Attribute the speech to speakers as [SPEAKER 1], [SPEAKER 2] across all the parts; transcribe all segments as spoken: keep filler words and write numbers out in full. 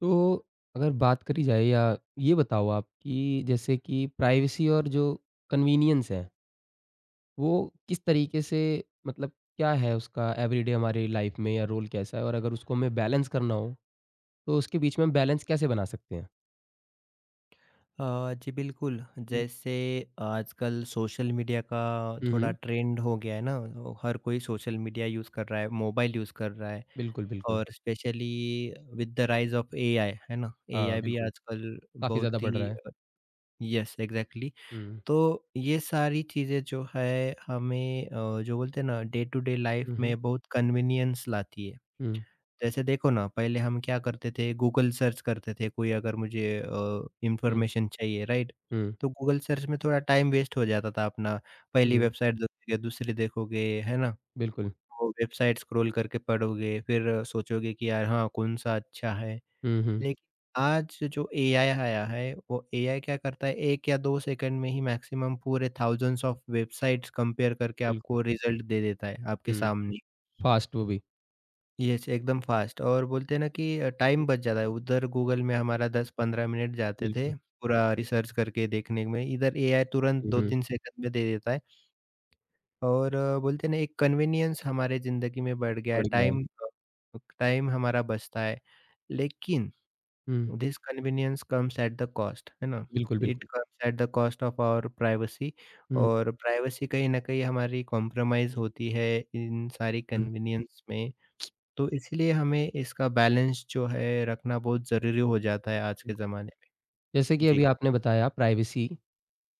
[SPEAKER 1] तो अगर बात करी जाए या ये बताओ आप कि जैसे कि प्राइवेसी और जो कन्वीनियंस है, वो किस तरीके से मतलब क्या है उसका एवरीडे हमारी लाइफ में या रोल कैसा है? और अगर उसको हमें बैलेंस करना हो, तो उसके बीच में हम बैलेंस कैसे बना सकते हैं?
[SPEAKER 2] अ, जी बिल्कुल,
[SPEAKER 1] हुँ,
[SPEAKER 2] जैसे आजकल सोशल मीडिया का
[SPEAKER 1] हुँ,
[SPEAKER 2] थोड़ा
[SPEAKER 1] हुँ।
[SPEAKER 2] ट्रेंड हो गया है ना, वो हर कोई सोशल मीडिया यूज़ कर रहा है, मोबाइल यूज़ कर रहा है
[SPEAKER 1] बिल्कुल, बिल्कुल।
[SPEAKER 2] और specially with the rise of AI, है ना?
[SPEAKER 1] हाँ,
[SPEAKER 2] एआई भी
[SPEAKER 1] बिल्कुल।
[SPEAKER 2] आजकल
[SPEAKER 1] काफ़ी ज़्यादा
[SPEAKER 2] बहुत
[SPEAKER 1] बढ़
[SPEAKER 2] ही
[SPEAKER 1] रहा है।
[SPEAKER 2] अ, यस एग्ज़ैक्टली।
[SPEAKER 1] हुँ,
[SPEAKER 2] तो ये सारी चीज़ें जो है हमें अ, जो बोलते हैं ना डे टू डे लाइफ़
[SPEAKER 1] हुँ, हुँ,
[SPEAKER 2] में बहुत कन्वीनियंस लाती है।
[SPEAKER 1] हुँ,
[SPEAKER 2] जैसे देखो ना, पहले हम क्या करते थे, गूगल सर्च करते थे, कोई अगर मुझे अ,
[SPEAKER 1] हुँ,
[SPEAKER 2] इन्फॉर्मेशन चाहिए, राइट?
[SPEAKER 1] हुँ,
[SPEAKER 2] तो गूगल सर्च में थोड़ा टाइम वेस्ट हो जाता था अपना। पहली
[SPEAKER 1] हुँ,
[SPEAKER 2] वेबसाइट देखोगे, दूसरी देखोगे, है ना?
[SPEAKER 1] बिल्कुल।
[SPEAKER 2] वो वेबसाइट स्क्रॉल करके पढ़ोगे, फिर सोचोगे कि यार हाँ, कौन-सा अच्छा है।
[SPEAKER 1] हुँ, हुँ,
[SPEAKER 2] लेकिन आज जो एआई आया है, वो एआई क्या करता है, एक या दो सेकंड में ही मैक्सिमम पूरे थाउज़ेंड्स ऑफ वेबसाइट्स कंपेयर करके
[SPEAKER 1] बिल्कुल।
[SPEAKER 2] आपको रिज़ल्ट दे देता है, आपके
[SPEAKER 1] हुँ,
[SPEAKER 2] सामने।
[SPEAKER 1] फास्ट वो भी।
[SPEAKER 2] यस, एकदम फ़ास्ट और बोलते हैं ना कि अ, टाइम
[SPEAKER 1] हम्म,
[SPEAKER 2] बच जाता है, उधर गूगल में हमारा दस पंद्रह मिनट जाते थे,
[SPEAKER 1] बिल्कुल।
[SPEAKER 2] पूरा रिसर्च करके देखने में, इधर एआई तुरंत
[SPEAKER 1] हुँ, हुँ,
[SPEAKER 2] दो तीन सेकंड में दे देता है और अ, बोलते हैं ना एक कन्वीनियंस हमारे ज़िंदगी में बढ़ गया है,
[SPEAKER 1] बढ़ गया है।
[SPEAKER 2] टाइम अ, टाइम हमारा बचता है। लेकिन
[SPEAKER 1] हुँ,
[SPEAKER 2] this convenience comes at the cost, है ना?
[SPEAKER 1] बिल्कुल,
[SPEAKER 2] इट
[SPEAKER 1] बिल्कुल।
[SPEAKER 2] Comes at the cost of our privacy
[SPEAKER 1] हुँ,
[SPEAKER 2] और प्राइवेसी कहीं न कहीं हमारी कॉम्प्रोमाइज़ होती है इन सारी
[SPEAKER 1] हुँ।
[SPEAKER 2] कन्वीनियंस में। तो इसीलिए हमें इसका बैलेंस जो है रखना बहुत ज़रूरी हो जाता है आज
[SPEAKER 1] बिल्कुल।
[SPEAKER 2] के ज़माने में।
[SPEAKER 1] जैसे कि
[SPEAKER 2] जी।
[SPEAKER 1] अभी आपने बताया प्राइवेसी,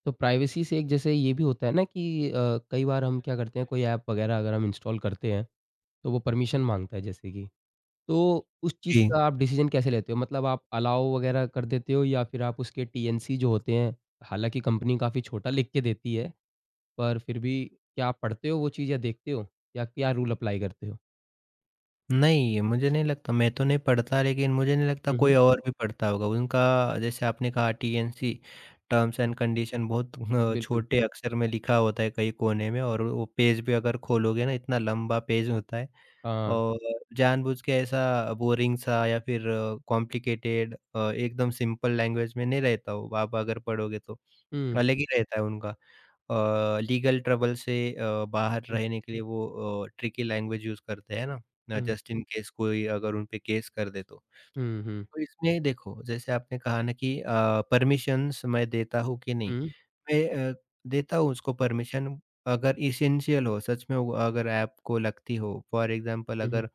[SPEAKER 1] तो प्राइवेसी से एक जैसे ये भी होता है ना कि अ, कई बार हम क्या करते हैं कोई ऐप वगैरह अगर हम इंस्टॉल करते हैं, तो वो परमिशन माँगता है जैसे कि, तो उस चीज़
[SPEAKER 2] जी।
[SPEAKER 1] का आप डिसीज़न कैसे लेते हो? मतलब आप अलाउ वगैरह कर देते हो या फिर आप उसके टीएनसी जो होते हैं, हालाँकि कंपनी काफ़ी छोटा लिख के देती है, पर फिर भी क्या आप पढ़ते हो वो चीज़ या देखते हो? या क्या रूल अप्लाई करते हो?
[SPEAKER 2] नहीं, मुझे नहीं लगता मैं तो नहीं पढ़ता लेकिन मुझे नहीं लगता
[SPEAKER 1] हुँ,
[SPEAKER 2] कोई
[SPEAKER 1] हुँ।
[SPEAKER 2] और भी पढ़ता होगा। उनका जैसे आपने कहा टीएनसी टर्म्स
[SPEAKER 1] हुँ,
[SPEAKER 2] एंड कंडीशन बहुत अ,
[SPEAKER 1] बिल्कुल।
[SPEAKER 2] छोटे अक्षर में लिखा होता है कहीं कोने में और वो पेज भी अगर खोलोगे ना इतना लंबा पेज होता है
[SPEAKER 1] हाँ।
[SPEAKER 2] और जानबूझ के ऐसा बोरिंग सा या फिर कॉम्प्लिकेटेड अ, एकदम सिंपल लैंग्वेज में नहीं रहता वो आप अगर पढ़ोगे तो
[SPEAKER 1] हुँ,
[SPEAKER 2] अलग ही रहता है उनका। अ, लीगल ट्रबल से अ, बाहर
[SPEAKER 1] हुँ,
[SPEAKER 2] रहने के लिए वो अ, ट्रिकी लैंग्वेज यूज़ करते हैं ना ना
[SPEAKER 1] हुँ,
[SPEAKER 2] जस्ट इन केस कोई अगर उन पे केस कर दे तो।
[SPEAKER 1] हुँ, हुँ,
[SPEAKER 2] तो इसमें देखो जैसे आपने कहा ना कि अ, परमिशंस मैं देता हूँ कि नहीं?
[SPEAKER 1] हुँ,
[SPEAKER 2] मैं अ, देता हूँ उसको परमिशन अगर एसेंशियल हो सच में वो अगर ऐप को लगती हो। फॉर एग्ज़ाम्पल
[SPEAKER 1] हुँ,
[SPEAKER 2] अगर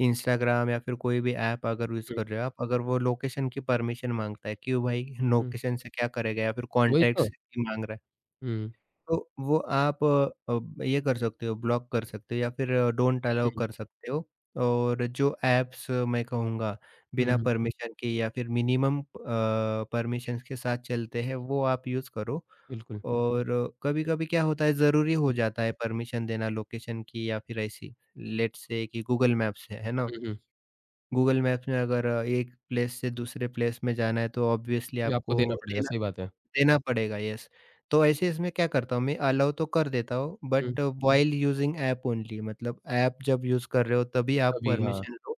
[SPEAKER 2] इंस्टाग्राम या फिर कोई भी ऐप अगर यूज़
[SPEAKER 1] हुँ,
[SPEAKER 2] कर रहे हो आप, अगर वो लोकेशन की परमिशन माँगता है, क्यों भाई
[SPEAKER 1] हुँ,
[SPEAKER 2] लोकेशन से क्या करेगा या फिर
[SPEAKER 1] वही तो।
[SPEAKER 2] कॉन्टैक्ट्स की माँग रहा है।
[SPEAKER 1] हुँ।
[SPEAKER 2] तो वो आप अ, अ, ये कर सकते हो, ब्लॉक कर सकते हो या फिर डोंट अलाउ
[SPEAKER 1] हुँ,
[SPEAKER 2] कर सकते हो और जो ऐप्स मैं कहूँगा,
[SPEAKER 1] हुँ,
[SPEAKER 2] बिना
[SPEAKER 1] हुँ,
[SPEAKER 2] परमिशन के या फिर मिनिमम अ, परमिशंस के साथ चलते हैं, वो आप यूज़ करो
[SPEAKER 1] बिल्कुल।
[SPEAKER 2] और कभी-कभी क्या होता है, ज़रूरी हो
[SPEAKER 1] हुँ,
[SPEAKER 2] जाता है परमिशन देना लोकेशन की या फिर ऐसी, लेट्स से कि गूगल मैप्स है, है ना?
[SPEAKER 1] हुँ, हुँ,
[SPEAKER 2] गूगल मैप्स में अगर एक प्लेस से दूसरे प्लेस में जाना है, तो ऑब्वियसली
[SPEAKER 1] ये आपको
[SPEAKER 2] आपको
[SPEAKER 1] देना पड़ेगा,
[SPEAKER 2] देना
[SPEAKER 1] सही बात है।
[SPEAKER 2] देना पड़ेगा, यस। तो ऐसे इसमें क्या करता हूँ मैं अलाउ तो कर देता हूँ
[SPEAKER 1] हुँ,
[SPEAKER 2] बट हुँ। व्हाइल यूज़िंग ऐप ओनली मतलब ऐप जब यूज़ कर रहे हो तभी आप
[SPEAKER 1] तभी हाँ,
[SPEAKER 2] परमिशन लो।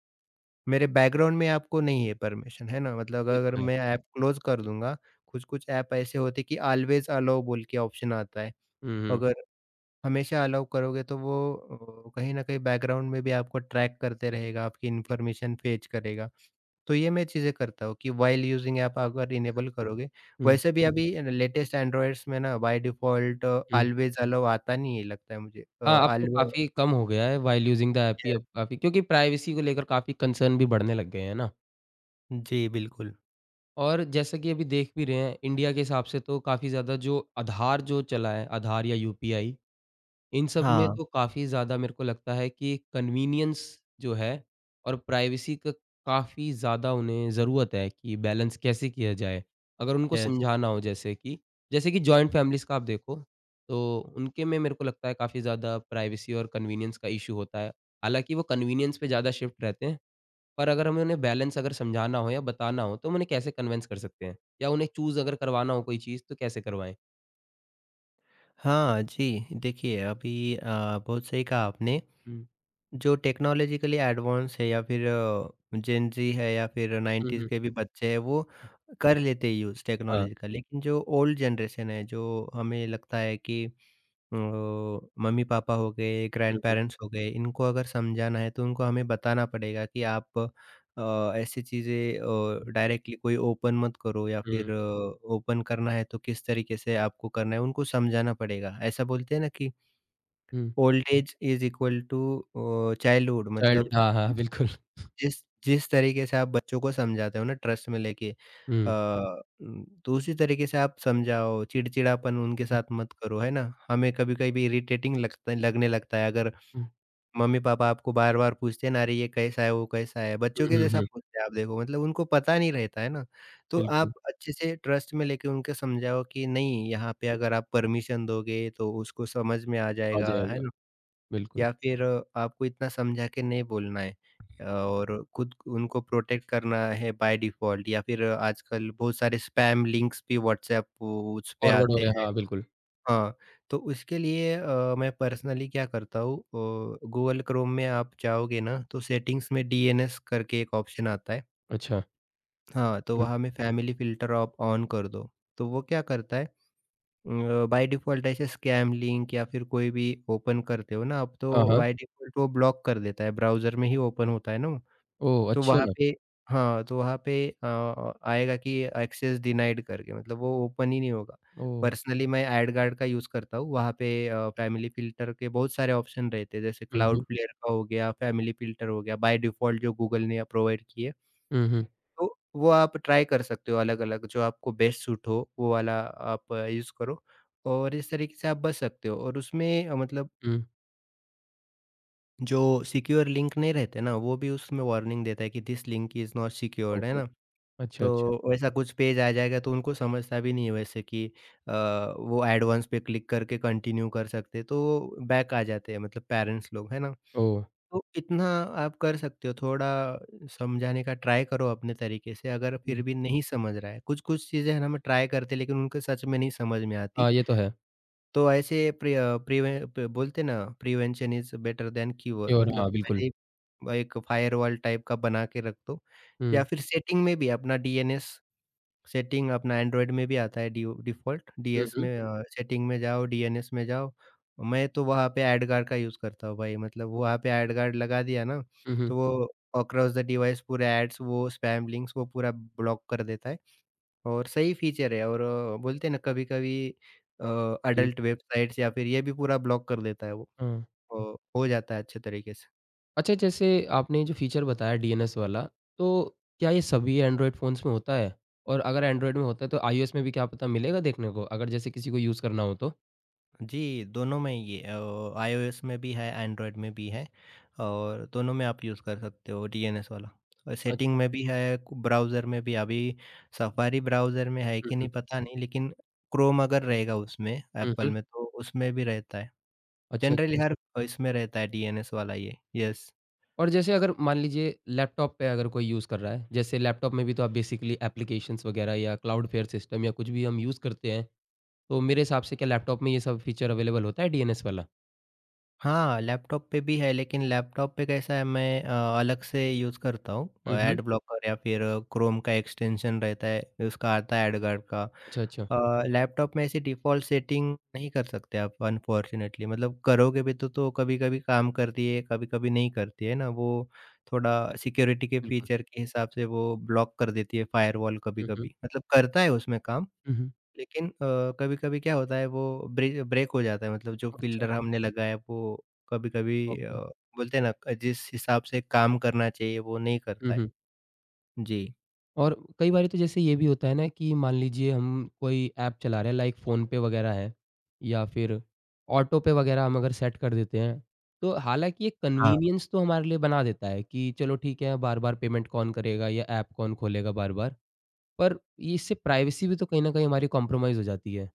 [SPEAKER 2] मेरे बैकग्राउंड में आपको नहीं है परमिशन, है ना? मतलब
[SPEAKER 1] ये
[SPEAKER 2] अगर
[SPEAKER 1] तो है।
[SPEAKER 2] मैं ऐप क्लोज़ कर दूँगा, कुछ-कुछ ऐप ऐसे होते हैं कि ऑलवेज़ अलाउ बोल के ऑप्शन आता है।
[SPEAKER 1] हुँ, हुँ,
[SPEAKER 2] अगर हमेशा अलाउ करोगे तो वो अ, कहीं न कहीं बैकग्राउंड में भी आपको ट्रैक करते रहेगा, आपकी इन्फॉर्मेशन फेच करेगा। तो ये मैं चीज़ें करता हूँ कि व्हाइल यूजिंग ऐप अगर इनेबल करोगे
[SPEAKER 1] हुँ,
[SPEAKER 2] वैसे भी हुँ। अभी लेटेस्ट एंड्रॉइड्स में ना बाय डिफ़ॉल्ट
[SPEAKER 1] हुँ।
[SPEAKER 2] ऑलवेज़ अलाउ आता नहीं है लगता है मुझे अ,
[SPEAKER 1] हाँ, अब तो
[SPEAKER 2] ऑलवे
[SPEAKER 1] काफ़ी कम हो गया है व्हाइल यूज़िंग द ऐप ही
[SPEAKER 2] यस,
[SPEAKER 1] अब काफ़ी क्योंकि प्राइवेसी को लेकर काफ़ी कंसर्न भी बढ़ने लग गए हैं ना।
[SPEAKER 2] जी बिल्कुल।
[SPEAKER 1] और जैसा कि अभी देख भी रहे हैं, इंडिया के हिसाब से तो काफ़ी ज़्यादा जो आधार जो चला है, आधार या यूपीआई इन सब में
[SPEAKER 2] हाँ,
[SPEAKER 1] तो काफ़ी ज़्यादा मेरे को लगता है कि कन्वीनियंस जो है और प्राइवेसी का काफ़ी ज़्यादा उन्हें ज़रूरत है कि बैलेंस कैसे किया जाए। अगर उनको
[SPEAKER 2] यस।
[SPEAKER 1] समझाना हो जैसे कि जैसे कि जॉइंट फैमिलीज़ का आप देखो, तो उनके में मेरे को लगता है काफ़ी ज़्यादा प्राइवेसी और कन्वीनियंस का इश्यू होता है। हालाँकि वो कन्वीनियंस पे ज़्यादा शिफ्ट रहते हैं, पर अगर हमें उन्हें बैलेंस अगर समझाना हो या बताना हो, तो हम उन्हें कैसे कन्विंस कर सकते हैं? या उन्हें चूज़ अगर करवाना हो कोई चीज़, तो कैसे करवाएँ?
[SPEAKER 2] हाँ जी, देखिए अभी अ, बहुत सही कहा आपने।
[SPEAKER 1] हुँ।
[SPEAKER 2] जो टेक्नोलॉजिकली एडवांस है या फिर अ, जेन ज़ी है या फिर
[SPEAKER 1] हुँ,
[SPEAKER 2] नाइंटीज़
[SPEAKER 1] हुँ।
[SPEAKER 2] के भी बच्चे हैं वो कर लेते हैं यूज़
[SPEAKER 1] हाँ।
[SPEAKER 2] टेक्नोलॉजी का। लेकिन जो ओल्ड जनरेशन है जो हमें लगता है कि ओ, मम्मी पापा हो गए,
[SPEAKER 1] हुँ,
[SPEAKER 2] ग्रैंड
[SPEAKER 1] हुँ।
[SPEAKER 2] पेरेंट्स हो गए, इनको अगर समझाना है तो उनको हमें बताना पड़ेगा कि आप अ, ऐसी चीज़ें अ, डायरेक्टली कोई ओपन मत करो या
[SPEAKER 1] हुँ।
[SPEAKER 2] फिर ओपन करना है तो किस तरीके से आपको करना है उनको समझाना पड़ेगा। ऐसा बोलते हैं ना कि
[SPEAKER 1] हुँ।
[SPEAKER 2] Old age is equal to uh, childhood मतलब
[SPEAKER 1] चाइल्डहुड हाँ, हाँ, बिल्कुल।
[SPEAKER 2] जिस जिस तरीके से आप बच्चों को समझाते हो ना ट्रस्ट में लेके अ,
[SPEAKER 1] हुँ,
[SPEAKER 2] उम, तो उसी तरीके से आप समझाओ, चिड़चिड़ापन उनके
[SPEAKER 1] हुँ,
[SPEAKER 2] साथ मत करो, है ना? हमें कभी-कभी इरिटेटिंग लगता लगने लगता है अगर
[SPEAKER 1] हुँ,
[SPEAKER 2] मम्मी-पापा आपको बार-बार पूछते हैं ना, "अरे! ये कैसा है, वो कैसा है?"
[SPEAKER 1] हुँ,
[SPEAKER 2] बच्चों के
[SPEAKER 1] हुँ,
[SPEAKER 2] जैसा
[SPEAKER 1] हुँ,
[SPEAKER 2] पूछते हैं आप देखो मतलब उनको पता नहीं रहता है ना? तो
[SPEAKER 1] बिल्कुल,
[SPEAKER 2] आप अच्छे से ट्रस्ट में लेके उनको समझाओ कि नहीं यहाँ पे अगर आप परमिशन दोगे तो उसको समझ में आ
[SPEAKER 1] आ
[SPEAKER 2] जाएगा, है
[SPEAKER 1] जाएगा,
[SPEAKER 2] ना?
[SPEAKER 1] बिल्कुल।
[SPEAKER 2] या फिर आपको इतना समझा के नहीं बोलना है अ, और खुद उनको प्रोटेक्ट करना है बाय डिफ़ॉल्ट या फिर आजकल बहुत सारे स्पैम लिंक्स भी व्हाट्सएप उस पे
[SPEAKER 1] फॉरवर्ड हो
[SPEAKER 2] आते
[SPEAKER 1] रहे हैं,
[SPEAKER 2] हैं।
[SPEAKER 1] हाँ, बिल्कुल।
[SPEAKER 2] हाँ, तो उसके लिए अ, मैं पर्सनली क्या करता हूँ अ, गूगल क्रोम में आप जाओगे ना तो सेटिंग्स में डीएनएस करके एक ऑप्शन आता है।
[SPEAKER 1] अच्छा,
[SPEAKER 2] हाँ, तो
[SPEAKER 1] हुँ,
[SPEAKER 2] वहाँ में फैमिली फ़िल्टर आप ऑन कर दो। तो वो क्या करता है बाय डिफ़ॉल्ट ऐसे स्कैम लिंक या फिर कोई भी ओपन करते हो ना आप,
[SPEAKER 1] हाँ,
[SPEAKER 2] तो
[SPEAKER 1] हाँ।
[SPEAKER 2] बाय डिफ़ॉल्ट वो ब्लॉक कर देता है, ब्राउज़र में ही ओपन होता है ना वो,
[SPEAKER 1] ओह!
[SPEAKER 2] तो वहाँ
[SPEAKER 1] अच्छा,
[SPEAKER 2] पे हाँ, तो वहाँ पे अ, आएगा कि एक्सेस डिनाइड करके मतलब वो ओपन ही नहीं होगा।
[SPEAKER 1] ओह!
[SPEAKER 2] पर्सनली मैं एडगार्ड का यूज़ करता हूँ, वहाँ पे अ, फ़ैमिली फ़िल्टर के बहुत सारे ऑप्शन रहते हैं, जैसे
[SPEAKER 1] हुँ, हुँ,
[SPEAKER 2] क्लाउडफ्लेयर का हो गया, फ़ैमिली फ़िल्टर हो गया, बाय डिफ़ॉल्ट जो गूगल ने प्रोवाइड किए।
[SPEAKER 1] हुँ, हुँ,
[SPEAKER 2] तो वो आप ट्राई कर सकते हो अलग-अलग, जो आपको बेस्ट सूट हो, वो वाला आप यूज़ करो और इस तरीके से आप बच सकते हो और उसमें अ, मतलब
[SPEAKER 1] हुँ,
[SPEAKER 2] जो सिक्योर लिंक नहीं रहते ना, वो भी उसमें वार्निंग देता है कि this link is not secured, है
[SPEAKER 1] ओहो!
[SPEAKER 2] ना?
[SPEAKER 1] अच्छा,
[SPEAKER 2] तो
[SPEAKER 1] अच्छा,
[SPEAKER 2] वैसा कुछ पेज आ जाएगा तो उनको समझता भी नहीं है वैसे कि अ, वो एडवांस पे क्लिक करके कंटिन्यू कर सकते हैं, तो बैक आ जाते हैं मतलब पेरेंट्स लोग, है ना?
[SPEAKER 1] ओह!
[SPEAKER 2] तो इतना आप कर सकते हो, थोड़ा समझाने का ट्राई करो अपने तरीके से, अगर
[SPEAKER 1] हुँ,
[SPEAKER 2] फिर भी नहीं समझ रहा है। कुछ-कुछ चीज़ें हैं ना, हम ट्राई करते हैं, लेकिन उनको सच में नहीं समझ में आती।
[SPEAKER 1] हाँ, ये तो है
[SPEAKER 2] तो ऐसे प्रि अ, प्रिवे प बोलते हैं ना, prevention is better than cure
[SPEAKER 1] और
[SPEAKER 2] मतलब
[SPEAKER 1] हाँ, बिल्कुल।
[SPEAKER 2] पहले ही एक फायरवॉल टाइप का बना के रख दो या
[SPEAKER 1] हुँ,
[SPEAKER 2] फिर सेटिंग में भी अपना डीएनएस सेटिंग अपना एंड्रॉयड में भी आता है डी डिफ़ॉल्ट,
[SPEAKER 1] हुँ,
[SPEAKER 2] डीएस
[SPEAKER 1] हुँ,
[SPEAKER 2] में हुँ। अ, सेटिंग में जाओ, डीएनएस में जाओ। मैं तो वहाँ पे एडगार का यूज़ करता हूँ भाई, मतलब वहाँ पे एडगार्ड लगा दिया ना,
[SPEAKER 1] हुँ,
[SPEAKER 2] तो
[SPEAKER 1] हुँ,
[SPEAKER 2] हुँ। वो अक्रॉस द डिवाइस पूरे एड्स, वो स्पैम लिंक्स वो पूरा ब्लॉक कर देता है और सही फीचर है और अ, बोलते हैं ना कभी-कभी अ,
[SPEAKER 1] हुँ,
[SPEAKER 2] अडल्ट वेबसाइट्स या फिर ये भी पूरा ब्लॉक कर देता है वो।
[SPEAKER 1] हाँ।
[SPEAKER 2] अ, हो जाता है अच्छे तरीके से।
[SPEAKER 1] अच्छा, जैसे आपने जो फ़ीचर बताया डीएनएस वाला, तो क्या ये सभी एंड्रॉयड फ़ोन्स में होता है? और अगर एंड्रॉयड में होता है, तो आईओएस में भी क्या पता मिलेगा देखने को? अगर जैसे किसी को यूज़ करना हो तो?
[SPEAKER 2] जी, दोनों में ये अ, आईओएस में भी है, एंड्रॉयड में भी है और दोनों में आप यूज़ कर सकते हो डीएनएस वाला। और
[SPEAKER 1] अ,
[SPEAKER 2] सेटिंग में भी है, ब्राउज़र में भी अभी सफारी ब्राउज़र में है
[SPEAKER 1] हुँ,
[SPEAKER 2] कि नहीं
[SPEAKER 1] हुँ,
[SPEAKER 2] पता नहीं लेकिन क्रोम अगर रहेगा उसमें
[SPEAKER 1] हुँ,
[SPEAKER 2] एप्पल
[SPEAKER 1] हुँ।
[SPEAKER 2] में तो उसमें भी रहता है।
[SPEAKER 1] अच्छा,
[SPEAKER 2] जनरली
[SPEAKER 1] अच्छा।
[SPEAKER 2] हर इसमें रहता है डीएनएस वाला ये, यस।
[SPEAKER 1] और जैसे अगर मान लीजिए लैपटॉप पे अगर कोई यूज़ कर रहा है, जैसे लैपटॉप में भी तो आप बेसिकली एप्लीकेशंस वगैरह या क्लाउडफ्लेयर सिस्टम या कुछ भी हम यूज़ करते हैं, तो मेरे हिसाब से क्या लैपटॉप में ये सब फीचर अवेलेबल होता है डीएनएस वाला?
[SPEAKER 2] हाँ, लैपटॉप पे भी है लेकिन लैपटॉप पे कैसा है मैं अ, अलग से यूज़ करता हूँ,
[SPEAKER 1] हुँ, हुँ।
[SPEAKER 2] एड ब्लॉकर या फिर क्रोम का एक्सटेंशन रहता है, उसका आता है एडगार्ड का।
[SPEAKER 1] अच्छा, अच्छा।
[SPEAKER 2] अ, लैपटॉप में ऐसी डिफ़ॉल्ट सेटिंग नहीं कर सकते आप अनफॉर्चुनेटली मतलब करोगे भी तो तो कभी-कभी काम करती है, कभी-कभी नहीं करती है ना, वो थोड़ा सिक्योरिटी के
[SPEAKER 1] बिल्कुल।
[SPEAKER 2] फीचर के हिसाब से वो ब्लॉक कर देती है फायरवॉल
[SPEAKER 1] हुँ, हुँ।
[SPEAKER 2] कभी-कभी। मतलब करता है उसमें काम
[SPEAKER 1] हुँ, हुँ।
[SPEAKER 2] लेकिन अ, कभी-कभी क्या होता है वो ब्रे ब्रेक हो जाता है मतलब जो
[SPEAKER 1] अच्छा,
[SPEAKER 2] फ़िल्टर हमने लगाया वो कभी-कभी अ,
[SPEAKER 1] ओके।
[SPEAKER 2] बोलते हैं ना जिस हिसाब से काम करना चाहिए वो नहीं
[SPEAKER 1] हुँ,
[SPEAKER 2] करता है।
[SPEAKER 1] हुँ।
[SPEAKER 2] जी।
[SPEAKER 1] और कई बारी तो जैसे ये भी होता है ना कि मान लीजिए हम कोई ऐप चला रहे हैं लाइक फ़ोनपे वगैरह है या फिर ऑटो पे वगैरह हम अगर सेट कर देते हैं, तो हालाँकि ये कन्वीनियंस तो हमारे लिए बना देता है कि चलो ठीक है, बार-बार पेमेंट कौन करेगा या ऐप कौन खोलेगा बार-बार। पर ये इससे प्राइवेसी भी तो कहीं न कहीं हमारी कॉम्प्रोमाइज़ हो जाती है।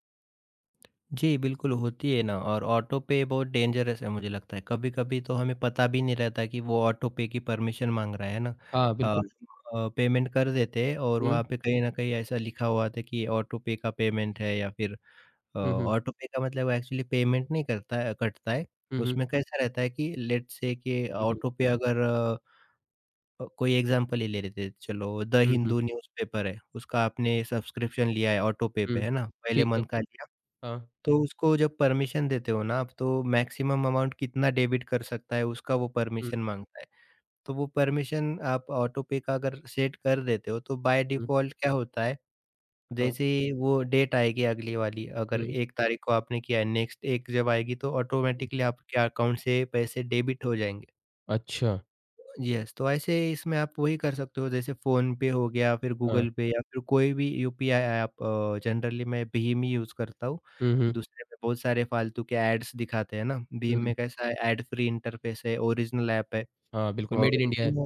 [SPEAKER 2] जी, बिल्कुल होती है ना और ऑटो पे बहुत डेंजरस है मुझे लगता है। कभी-कभी तो हमें पता भी नहीं रहता कि वो ऑटो पे की परमिशन माँग रहा है ना।
[SPEAKER 1] हाँ,
[SPEAKER 2] अ
[SPEAKER 1] बिल्कुल।
[SPEAKER 2] अ, पेमेंट कर देते हैं और
[SPEAKER 1] हुँ,
[SPEAKER 2] वहाँ पे कहीं न कहीं ऐसा लिखा हुआ था कि ऑटो पे का पेमेंट है या फिर अ,
[SPEAKER 1] हुँ, हुँ,
[SPEAKER 2] ऑटो पे का मतलब एक्चुअली पेमेंट नहीं करता है कटता है।
[SPEAKER 1] हुँ, हुँ,
[SPEAKER 2] उसमें कैसा रहता है कि लेट्स से कि
[SPEAKER 1] बिल्कुल।
[SPEAKER 2] ऑटो पे अगर अ, कोई एग्ज़ाम्पल ही ले लेते हैं। चलो द
[SPEAKER 1] हुँ, हुँ,
[SPEAKER 2] हिंदू न्यूज़पेपर है, उसका आपने सब्सक्रिप्शन लिया है ऑटो पे पे
[SPEAKER 1] हुँ,
[SPEAKER 2] है ना, पहले
[SPEAKER 1] ठीक है।
[SPEAKER 2] मंथ का लिया।
[SPEAKER 1] हाँ,
[SPEAKER 2] तो उसको जब परमिशन देते हो ना आप, तो मैक्सिमम अमाउंट कितना डेबिट कर सकता है, उसका वो
[SPEAKER 1] हुँ,
[SPEAKER 2] परमिशन माँगता है। तो वो परमिशन आप ऑटो पे का अगर सेट कर देते हो, तो बाय
[SPEAKER 1] हुँ,
[SPEAKER 2] डिफ़ॉल्ट क्या होता है,
[SPEAKER 1] हाँ,
[SPEAKER 2] जैसे ही वो डेट आएगी अगली वाली, अगर
[SPEAKER 1] हुँ,
[SPEAKER 2] एक तारीख को आपने किया है, नेक्स्ट एक जब आएगी, तो
[SPEAKER 1] हुँ।
[SPEAKER 2] ऑटोमेटिकली आपके अकाउंट से पैसे डेबिट हो जाएँगे।
[SPEAKER 1] अच्छा,
[SPEAKER 2] येस, तो ऐसे इसमें आप वही कर सकते हो जैसे फ़ोनपे हो गया, फिर
[SPEAKER 1] हाँ।
[SPEAKER 2] गूगल पे या फिर कोई भी यूपीआई ऐप अ, जनरली मैं भीम ही यूज़ करता हूँ।
[SPEAKER 1] हुँ, हुँ,
[SPEAKER 2] दूसरे में बहुत सारे फालतू के ऐड्स दिखाते हैं ना, भीम
[SPEAKER 1] हुँ,
[SPEAKER 2] में कैसा है ऐड फ्री इंटरफ़ेस है, ओरिजिनल ऐप है
[SPEAKER 1] हाँ, बिल्कुल
[SPEAKER 2] और
[SPEAKER 1] मेड इन इंडिया
[SPEAKER 2] उसी
[SPEAKER 1] है।
[SPEAKER 2] में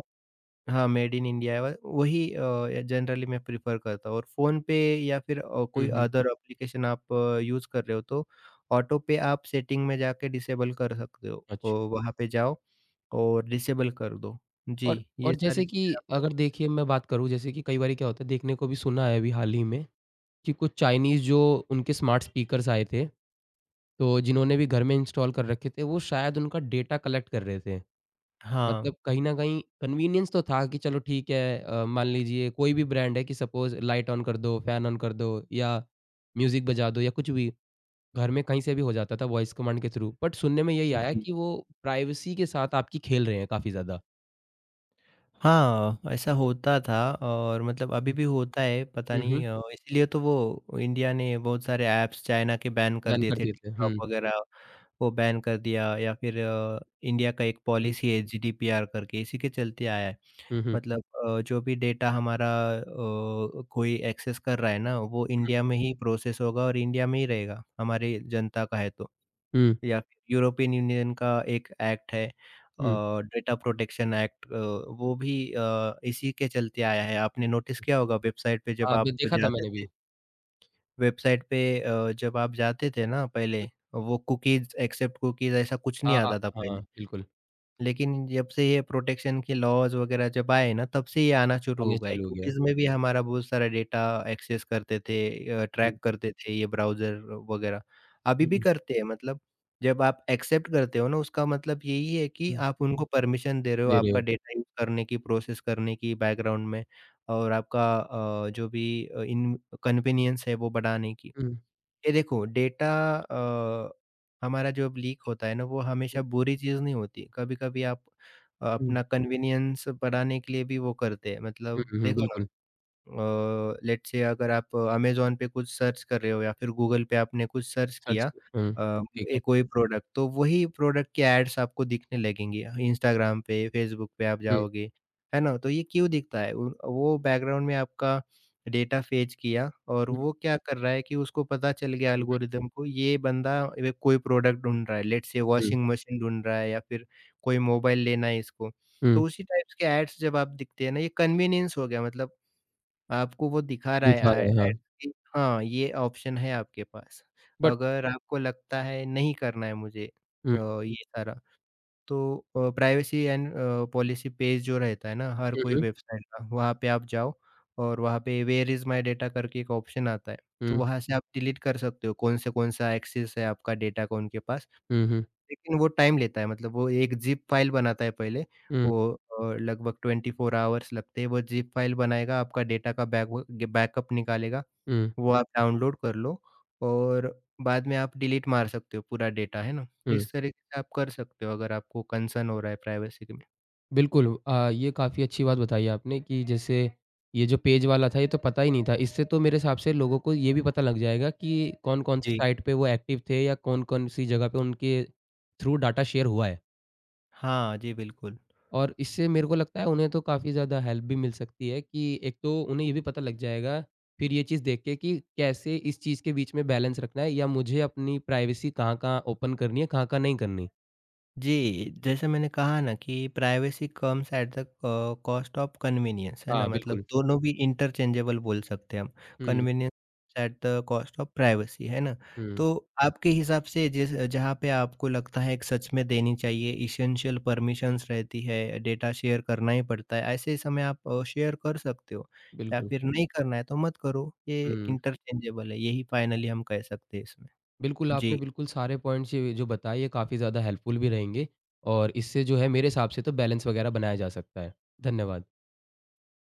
[SPEAKER 2] हाँ, मेड इन इंडिया है, व वही अ, जनरली मैं प्रेफ़र करता हूँ और फ़ोनपे या फिर अ,
[SPEAKER 1] हुँ,
[SPEAKER 2] कोई
[SPEAKER 1] हुँ।
[SPEAKER 2] अदर एप्लीकेशन आप यूज़ कर रहे हो तो ऑटो पे आप सेटिंग में जाके डिसेबल कर सकते हो।
[SPEAKER 1] अच्छा।
[SPEAKER 2] तो वहाँ पे जाओ और डिसेबल कर दो। जी,
[SPEAKER 1] और
[SPEAKER 2] ये
[SPEAKER 1] और
[SPEAKER 2] सारी
[SPEAKER 1] जैसे कि
[SPEAKER 2] चीज़ें आप कर
[SPEAKER 1] अगर देखिए मैं बात करूँ जैसे कि कई बारी क्या होता है देखने को भी सुना है अभी हाल ही में कि कुछ चाइनीज़ जो उनके स्मार्ट स्पीकर्स आए थे, तो जिन्होंने भी घर में इंस्टॉल कर रखे थे, वो शायद उनका डेटा कलेक्ट कर रहे थे।
[SPEAKER 2] हाँ,
[SPEAKER 1] मतलब कहीं न कहीं कन्वीनियंस तो था कि चलो ठीक है अ, मान लीजिए कोई भी ब्रांड है कि सपोज़ लाइट ऑन कर दो, फैन ऑन कर दो या म्यूज़िक बजा दो या कुछ भी, घर में कहीं से भी हो जाता था वॉइस कमांड के थ्रू। बट सुनने में यही आया
[SPEAKER 2] जी।
[SPEAKER 1] कि वो प्राइवेसी के साथ आपकी खेल रहे हैं काफ़ी ज़्यादा।
[SPEAKER 2] हाँ, ऐसा होता था और मतलब अभी
[SPEAKER 1] हुँ,
[SPEAKER 2] भी होता है, पता
[SPEAKER 1] हुँ, हुँ।
[SPEAKER 2] नहीं अ, इसलिए तो वो इंडिया ने बहुत सारे ऐप्स चाइना के बैन कर
[SPEAKER 1] बैन
[SPEAKER 2] दिए
[SPEAKER 1] कर
[SPEAKER 2] थे,
[SPEAKER 1] दिए थे। हुँ,
[SPEAKER 2] टिकटॉक वगैरह वो बैन कर दिया या फिर अ, इंडिया का एक
[SPEAKER 1] हुँ,
[SPEAKER 2] पॉलिसी है जीडीपीआर करके, इसी के चलते आया है।
[SPEAKER 1] हुँ, हुँ,
[SPEAKER 2] मतलब अ, जो भी डेटा हमारा अ, कोई एक्सेस कर रहा है ना, वो
[SPEAKER 1] हुँ,
[SPEAKER 2] इंडिया में ही प्रोसेस होगा और इंडिया में ही रहेगा, हमारी जनता का है तो।
[SPEAKER 1] हुँ,
[SPEAKER 2] या फिर यूरोपियन यूनियन का एक एक्ट है अ,
[SPEAKER 1] हुँ।
[SPEAKER 2] डेटा प्रोटेक्शन एक्ट अ, वो भी अ, इसी के चलते आया है। आपने नोटिस किया होगा वेबसाइट पे
[SPEAKER 1] हाँ,
[SPEAKER 2] जब
[SPEAKER 1] अभी
[SPEAKER 2] आप
[SPEAKER 1] देखा था
[SPEAKER 2] जाते
[SPEAKER 1] मैंने
[SPEAKER 2] थे
[SPEAKER 1] भी।
[SPEAKER 2] वेबसाइट पे अ, जब आप जाते थे ना पहले, वो कुकीज़ एक्सेप्ट कुकीज़ ऐसा कुछ नहीं
[SPEAKER 1] हाँ, अ,
[SPEAKER 2] आता था
[SPEAKER 1] हाँ,
[SPEAKER 2] पहले।
[SPEAKER 1] बिल्कुल
[SPEAKER 2] लेकिन जब से ये प्रोटेक्शन के लॉज़ वग़ैरह जब आए ना, तब से ये आना शुरू
[SPEAKER 1] आने
[SPEAKER 2] हो गए।
[SPEAKER 1] चालू हो गया।
[SPEAKER 2] कुकीज़ में भी हमारा बहुत सारा डेटा एक्सेस करते थे अ,
[SPEAKER 1] हुँ,
[SPEAKER 2] ट्रैक करते थे ये ब्राउज़र वग़ैरह। अभी भी
[SPEAKER 1] हुँ,
[SPEAKER 2] करते हैं मतलब जब आप एक्सेप्ट करते हो ना, उसका मतलब यही है कि
[SPEAKER 1] हुँ,
[SPEAKER 2] आप उनको परमिशन दे रहे हो
[SPEAKER 1] दे रहे
[SPEAKER 2] आपका
[SPEAKER 1] हो।
[SPEAKER 2] डेटा यूज़ करने की, प्रोसेस करने की बैकग्राउंड में और आपका अ, जो भी अ, इन कन्वीनियंस है वो बढ़ाने की।
[SPEAKER 1] हुँ,
[SPEAKER 2] ये देखो डेटा अ, हमारा जब लीक होता है ना वो
[SPEAKER 1] हुँ,
[SPEAKER 2] हमेशा बुरी चीज़ नहीं होती। कभी-कभी आप अ,
[SPEAKER 1] हुँ,
[SPEAKER 2] अपना कन्वीनियंस बढ़ाने के लिए भी वो करते हैं। मतलब
[SPEAKER 1] हुँ, हुँ,
[SPEAKER 2] देखो
[SPEAKER 1] बिल्कुल
[SPEAKER 2] अ, लेट्स से अगर आप अमेज़न पे कुछ सर्च कर रहे हो या फिर गूगल पे आपने कुछ सर्च
[SPEAKER 1] सर्च
[SPEAKER 2] किया
[SPEAKER 1] किया। हुँ,
[SPEAKER 2] अ,
[SPEAKER 1] ठीक है।
[SPEAKER 2] ए कोई प्रोडक्ट तो वही प्रोडक्ट के एड्स आपको दिखने लगेंगे। इंस्टाग्राम पे, फेसबुक पे आप
[SPEAKER 1] हुँ,
[SPEAKER 2] जाओगे, है ना? तो ये क्यों दिखता है? उन वो बैकग्राउंड में आपका डेटा फेच किया और
[SPEAKER 1] हुँ,
[SPEAKER 2] वो क्या कर रहा है कि उसको पता चल गया
[SPEAKER 1] हुँ, हुँ,
[SPEAKER 2] एल्गोरिदम को ये बंदा ये कोई प्रोडक्ट ढूँढ रहा है। Let's say
[SPEAKER 1] hmm,
[SPEAKER 2] washing machine ढूँढ रहा है या फिर कोई मोबाइल लेना है इसको।
[SPEAKER 1] हुँ,
[SPEAKER 2] तो उसी टाइप्स के एड्स जब आप दिखते हैं ना ये कन्वीनियंस हो गया मतलब आपको वो दिखा रहा है
[SPEAKER 1] दिखा
[SPEAKER 2] आ
[SPEAKER 1] रहा है,
[SPEAKER 2] एड
[SPEAKER 1] हाँ।
[SPEAKER 2] कि हाँ, ये ऑप्शन है आपके पास।
[SPEAKER 1] बट
[SPEAKER 2] अगर आपको लगता है नहीं करना है मुझे
[SPEAKER 1] हुँ,
[SPEAKER 2] अ, ये सारा तो अ, privacy and uh, policy page जो रहता है ना हर
[SPEAKER 1] हुँ,
[SPEAKER 2] कोई
[SPEAKER 1] हुँ,
[SPEAKER 2] वेबसाइट का वहाँ पे आप जाओ और वहाँ पे वेयर इज़ माय डाटा करके एक ऑप्शन आता है। तो
[SPEAKER 1] हुँ,
[SPEAKER 2] वहाँ से आप डिलीट कर सकते हो कौन से कौन-सा एक्सेस है आपका डाटा का उनके पास।
[SPEAKER 1] हुँ, हुँ,
[SPEAKER 2] लेकिन वो टाइम लेता है मतलब वो एक ज़िप फ़ाइल बनाता है पहले,
[SPEAKER 1] हुँ,
[SPEAKER 2] वो अ, लगभग ट्वेंटी फ़ोर आवर्स लगते हैं, वो ज़िप फ़ाइल बनाएगा, आपका डेटा का बैकव बैकअप निकालेगा,
[SPEAKER 1] हुँ,
[SPEAKER 2] वो आप डाउनलोड कर लो और बाद में आप डिलीट मार सकते हो पूरा डेटा, है ना?
[SPEAKER 1] हुँ।
[SPEAKER 2] इस तरीके से आप कर सकते हो अगर आपको कंसर्न हो रहा है प्राइवेसी के में।
[SPEAKER 1] बिल्कुल अ, ये काफ़ी अच्छी बात बताई आपने कि जैसे ये जो पेज वाला था, ये तो पता ही नहीं था। इससे तो मेरे हिसाब से लोगों को ये भी पता लग जाएगा कि कौन-कौन सी
[SPEAKER 2] जी।
[SPEAKER 1] साइट पे वो एक्टिव थे या कौन-कौन सी जगह पे उनके थ्रू डाटा शेयर हुआ है।
[SPEAKER 2] हाँ, जी बिल्कुल।
[SPEAKER 1] और इससे मेरे को लगता है उन्हें तो काफ़ी ज़्यादा हेल्प भी मिल सकती है कि एक तो उन्हें ये भी पता लग जाएगा, फिर ये चीज़ देख के कि कैसे इस चीज़ के बीच में बैलेंस रखना है या मुझे अपनी प्राइवेसी कहाँ-कहाँ ओपन करनी है, कहाँ-कहाँ नहीं करनी।
[SPEAKER 2] जी, जैसे मैंने कहा ना कि privacy comes at the uh, cost of convenience, है ना?
[SPEAKER 1] हाँ,
[SPEAKER 2] मतलब
[SPEAKER 1] बिल्कुल।
[SPEAKER 2] दोनों भी इंटरचेंजेबल बोल सकते हैं हम,
[SPEAKER 1] हुँ,
[SPEAKER 2] convenience at the cost of privacy, है ना?
[SPEAKER 1] हुँ,
[SPEAKER 2] तो आपके हिसाब से जिस जहाँ पे आपको लगता है कि सच में देनी चाहिए, एसेंशियल परमिशंस रहती है, डेटा शेयर करना ही पड़ता है, ऐसे समय आप अ, शेयर कर सकते हो या
[SPEAKER 1] बिल्कुल।
[SPEAKER 2] फिर नहीं करना है तो मत करो, ये
[SPEAKER 1] हुँ।
[SPEAKER 2] इंटरचेंजेबल है, यही फाइनली हम कह सकते हैं इसमें।
[SPEAKER 1] बिल्कुल, आपने
[SPEAKER 2] जी।
[SPEAKER 1] बिल्कुल सारे पॉइंट्स ये जो बताए ये काफ़ी ज़्यादा हेल्पफुल भी रहेंगे और इससे जो है मेरे हिसाब से तो बैलेंस वगैरह बनाया जा सकता है। धन्यवाद।